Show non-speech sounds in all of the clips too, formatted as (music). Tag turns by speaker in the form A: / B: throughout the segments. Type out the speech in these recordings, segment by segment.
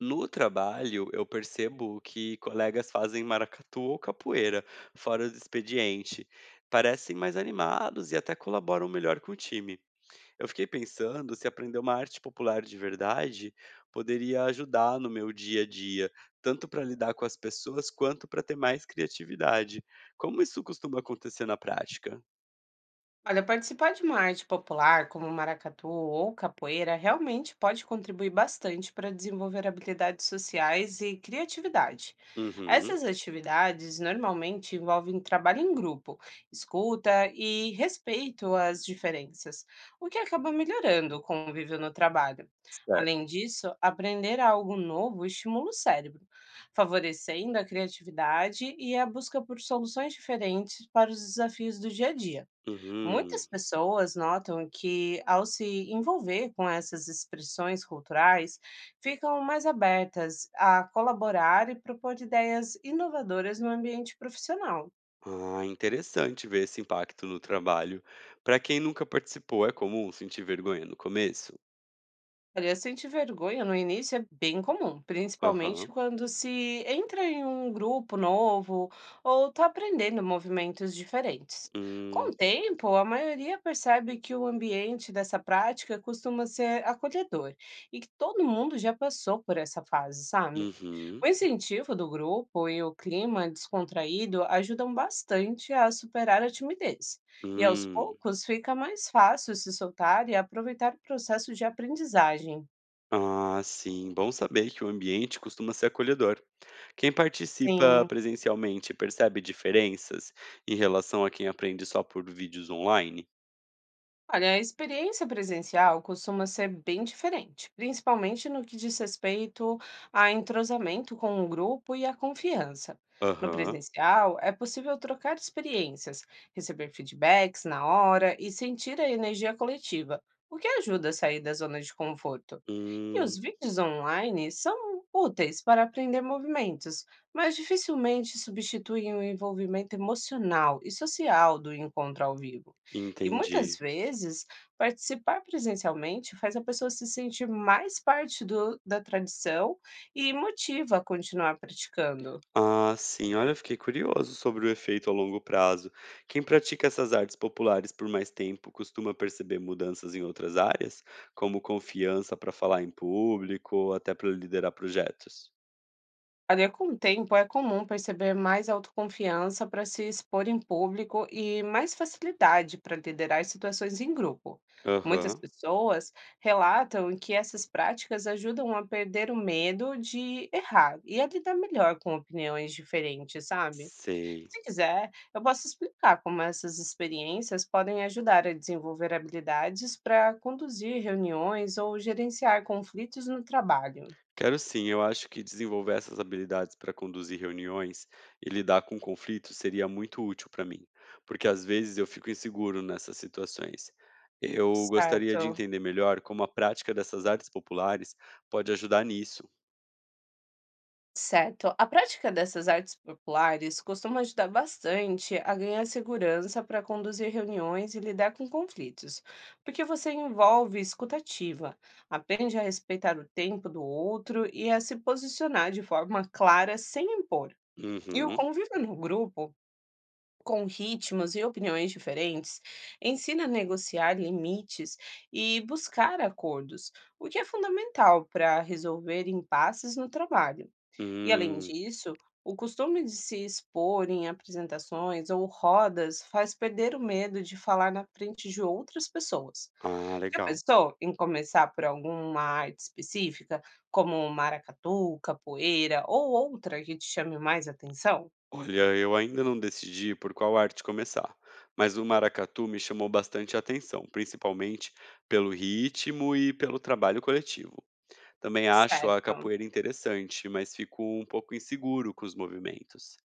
A: No trabalho, eu percebo que colegas fazem maracatu ou capoeira fora do expediente. Parecem mais animados e até colaboram melhor com o time. Eu fiquei pensando se aprender uma arte popular de verdade poderia ajudar no meu dia a dia, tanto para lidar com as pessoas quanto para ter mais criatividade. Como isso costuma acontecer na prática?
B: Olha, participar de uma arte popular, como maracatu ou capoeira, realmente pode contribuir bastante para desenvolver habilidades sociais e criatividade.
A: Uhum,
B: Essas atividades normalmente envolvem trabalho em grupo, escuta e respeito às diferenças, o que acaba melhorando o convívio no trabalho.
A: certo.
B: Além disso, aprender algo novo estimula o cérebro, favorecendo a criatividade e a busca por soluções diferentes para os desafios do dia a dia.
A: Uhum.
B: Muitas pessoas notam que, ao se envolver com essas expressões culturais, ficam mais abertas a colaborar e propor ideias inovadoras no ambiente profissional.
A: Ah, interessante ver esse impacto no trabalho. Para quem nunca participou, é comum sentir vergonha no começo?
B: Olha, sentir vergonha no início é bem comum, principalmente
A: Aham.
B: quando se entra em um grupo novo ou está aprendendo movimentos diferentes. Com
A: Hum,
B: o tempo, a maioria percebe que o ambiente dessa prática costuma ser acolhedor e que todo mundo já passou por essa fase, sabe? O
A: uhum,
B: incentivo do grupo e o clima descontraído ajudam bastante a superar a timidez. E aos
A: hum.
B: poucos fica mais fácil se soltar e aproveitar o processo de aprendizagem.
A: Ah, sim. Bom saber que o ambiente costuma ser acolhedor. Quem participa
B: Sim.
A: presencialmente percebe diferenças em relação a quem aprende só por vídeos online?
B: Olha, a experiência presencial costuma ser bem diferente, principalmente no que diz respeito a entrosamento com o grupo e a confiança. No
A: Aham.
B: presencial, é possível trocar experiências, receber feedbacks na hora e sentir a energia coletiva, o que ajuda a sair da zona de conforto. E os
A: Hum,
B: vídeos online são úteis para aprender movimentos, mas dificilmente substituem o envolvimento emocional e social do encontro ao vivo. E muitas
A: entendi.
B: vezes, participar presencialmente faz a pessoa se sentir mais parte da tradição e motiva a continuar praticando.
A: Ah, sim. Olha, eu fiquei curioso sobre o efeito a longo prazo. Quem pratica essas artes populares por mais tempo costuma perceber mudanças em outras áreas, como confiança para falar em público ou até para liderar projetos.
B: Olha, com o tempo é comum perceber mais autoconfiança para se expor em público e mais facilidade para liderar situações em grupo. Muitas
A: Aham,
B: pessoas relatam que essas práticas ajudam a perder o medo de errar e a lidar melhor com opiniões diferentes, sabe?
A: sei.
B: Se quiser, eu posso explicar como essas experiências podem ajudar a desenvolver habilidades para conduzir reuniões ou gerenciar conflitos no trabalho.
A: Quero sim, eu acho que desenvolver essas habilidades para conduzir reuniões e lidar com conflitos seria muito útil para mim, porque às vezes eu fico inseguro nessas situações. Eu gostaria de
B: Certo.
A: entender melhor como a prática dessas artes populares pode ajudar nisso.
B: Certo. A prática dessas artes populares costuma ajudar bastante a ganhar segurança para conduzir reuniões e lidar com conflitos, porque você envolve escutativa, aprende a respeitar o tempo do outro e a se posicionar de forma clara sem impor. E o
A: Uhum.
B: convívio no grupo, com ritmos e opiniões diferentes, ensina a negociar limites e buscar acordos, o que é fundamental para resolver impasses no trabalho. E além
A: Hum.
B: disso, o costume de se expor em apresentações ou rodas faz perder o medo de falar na frente de outras pessoas.
A: Ah,
B: Já
A: legal.
B: pensou em começar por alguma arte específica, como maracatu, capoeira ou outra que te chame mais atenção?
A: Olha, eu ainda não decidi por qual arte começar, mas o maracatu me chamou bastante a atenção, principalmente pelo ritmo e pelo trabalho coletivo. Também acho a
B: Certo.
A: capoeira interessante, mas fico um pouco inseguro com os movimentos.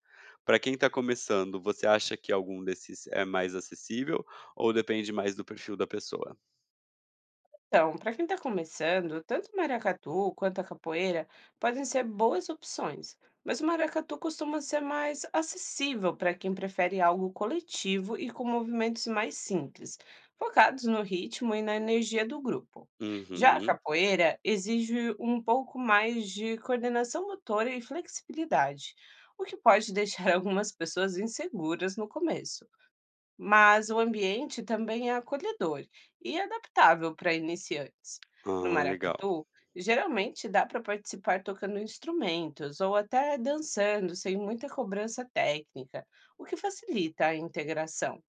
A: Para quem está começando, você acha que algum desses é mais acessível ou depende mais do perfil da pessoa?
B: Então, para quem está começando, tanto o maracatu quanto a capoeira podem ser boas opções, mas o maracatu costuma ser mais acessível para quem prefere algo coletivo e com movimentos mais simples, focados no ritmo e na energia do grupo. Já a
A: Uhum.
B: capoeira exige um pouco mais de coordenação motora e flexibilidade, o que pode deixar (laughs) algumas pessoas inseguras no começo, mas o ambiente também é acolhedor e adaptável para iniciantes. No
A: Ah, legal.
B: maracatu, geralmente dá para participar tocando instrumentos ou até dançando sem muita cobrança técnica, o que facilita a integração.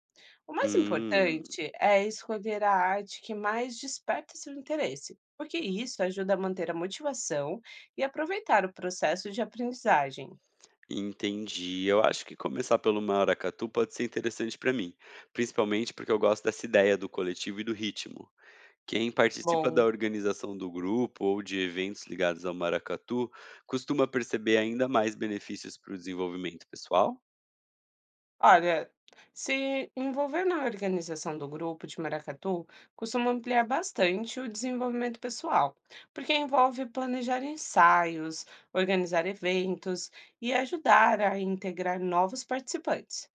B: O mais
A: Hum,
B: importante é escolher a arte que mais desperta seu interesse, porque isso ajuda a manter a motivação e aproveitar o processo de aprendizagem.
A: entendi. Eu acho que começar pelo maracatu pode ser interessante para mim, principalmente porque eu gosto dessa ideia do coletivo e do ritmo. Quem participa da
B: Bom,
A: organização do grupo ou de eventos ligados ao maracatu costuma perceber ainda mais benefícios para o desenvolvimento pessoal?
B: olha, se envolver na organização do grupo de maracatu costuma ampliar bastante o desenvolvimento pessoal, porque envolve planejar ensaios, organizar eventos e ajudar a integrar novos participantes.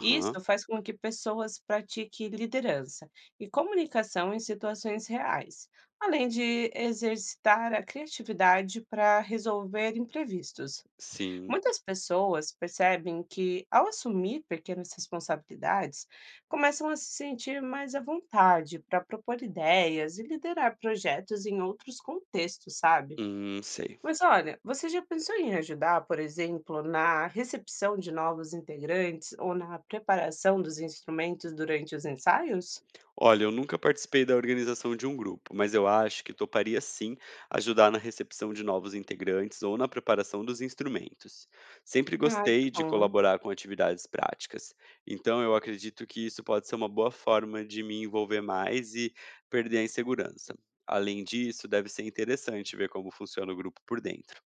B: Isso faz com que pessoas pratiquem liderança e comunicação em situações reais, além de exercitar a criatividade para resolver imprevistos.
A: sim.
B: Muitas pessoas percebem que, ao assumir pequenas responsabilidades, começam a se sentir mais à vontade para propor ideias e liderar projetos em outros contextos, sabe?
A: Sei.
B: Mas olha, você já pensou em ajudar, por exemplo, na recepção de novos integrantes ou na preparação dos instrumentos durante os ensaios?
A: Olha, eu nunca participei da organização de um grupo, mas eu acho que toparia sim ajudar na recepção de novos integrantes ou na preparação dos instrumentos. Sempre
B: Ah, que
A: gostei de
B: bom.
A: colaborar com atividades práticas, então eu acredito que isso pode ser uma boa forma de me envolver mais e perder a insegurança. Além disso, deve ser interessante ver como funciona o grupo por dentro.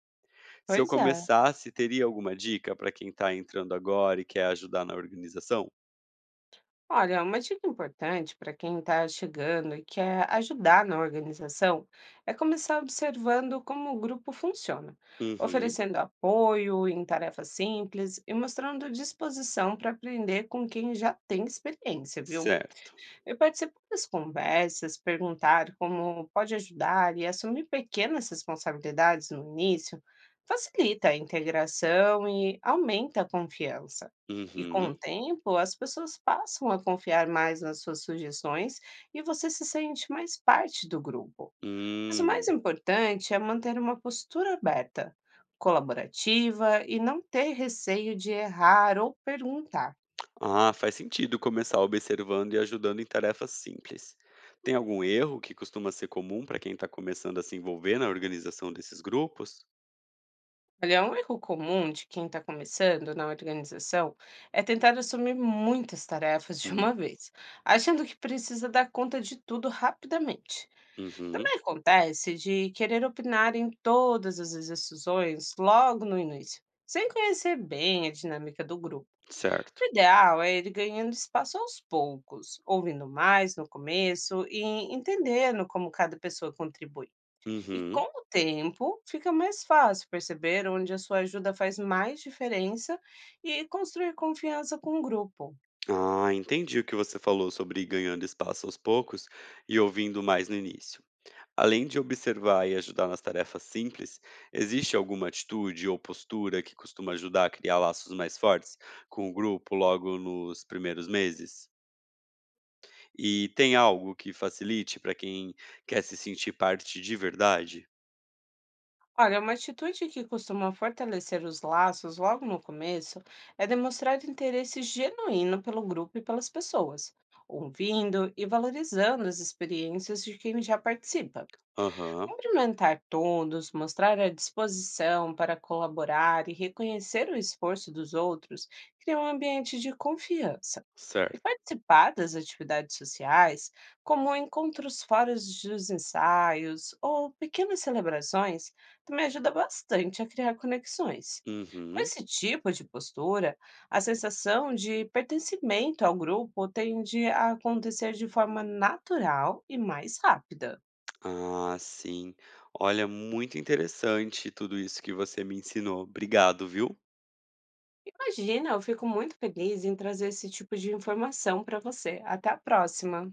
A: Se eu
B: Pois é.
A: começasse, teria alguma dica para quem está entrando agora e quer ajudar na organização?
B: Olha, é uma dica importante para quem está chegando e quer ajudar na organização é começar observando como o grupo funciona,
A: Uhum,
B: oferecendo apoio em tarefas simples e mostrando disposição para aprender com quem já tem experiência, viu?
A: certo.
B: Eu participo das conversas, perguntar como pode ajudar e assumir pequenas responsabilidades no início facilita a integração e aumenta a confiança. E com o
A: Uhum.
B: tempo, as pessoas passam a confiar mais nas suas sugestões e você se sente mais parte do grupo. Mas o mais
A: Hum.
B: importante é manter uma postura aberta, colaborativa e não ter receio de errar ou perguntar.
A: Ah, faz sentido começar observando e ajudando em tarefas simples. Tem algum erro que costuma ser comum para quem está começando a se envolver na organização desses grupos?
B: Olha, um erro comum de quem está começando na organização é tentar assumir muitas tarefas de
A: Hum,
B: uma vez, achando que precisa dar conta de tudo rapidamente.
A: uhum,
B: Também acontece de querer opinar em todas as decisões logo no início, sem conhecer bem a dinâmica do grupo. O
A: certo.
B: ideal é ir ganhando espaço aos poucos, ouvindo mais no começo e entendendo como cada pessoa contribui. E com
A: Uhum.
B: o tempo, fica mais fácil perceber onde a sua ajuda faz mais diferença e construir confiança com o grupo.
A: Ah, entendi o que você falou sobre ir ganhando espaço aos poucos e ouvindo mais no início. Além de observar e ajudar nas tarefas simples, existe alguma atitude ou postura que costuma ajudar a criar laços mais fortes com o grupo logo nos primeiros meses? E tem algo que facilite para quem quer se sentir parte de verdade?
B: Olha, uma atitude que costuma fortalecer os laços logo no começo é demonstrar interesse genuíno pelo grupo e pelas pessoas, ouvindo e valorizando as experiências de quem já participa.
A: Aham,
B: Cumprimentar todos, mostrar a disposição para colaborar e reconhecer o esforço dos outros cria um ambiente de confiança. E
A: certo.
B: participar das atividades sociais, como encontros fora dos ensaios ou pequenas celebrações, também ajuda bastante a criar conexões. Com
A: Uhum.
B: esse tipo de postura, a sensação de pertencimento ao grupo tende a acontecer de forma natural e mais rápida.
A: Ah, sim. Olha, muito interessante tudo isso que você me ensinou. Obrigado, viu?
B: Imagina, eu fico muito feliz em trazer esse tipo de informação para você. Até a próxima!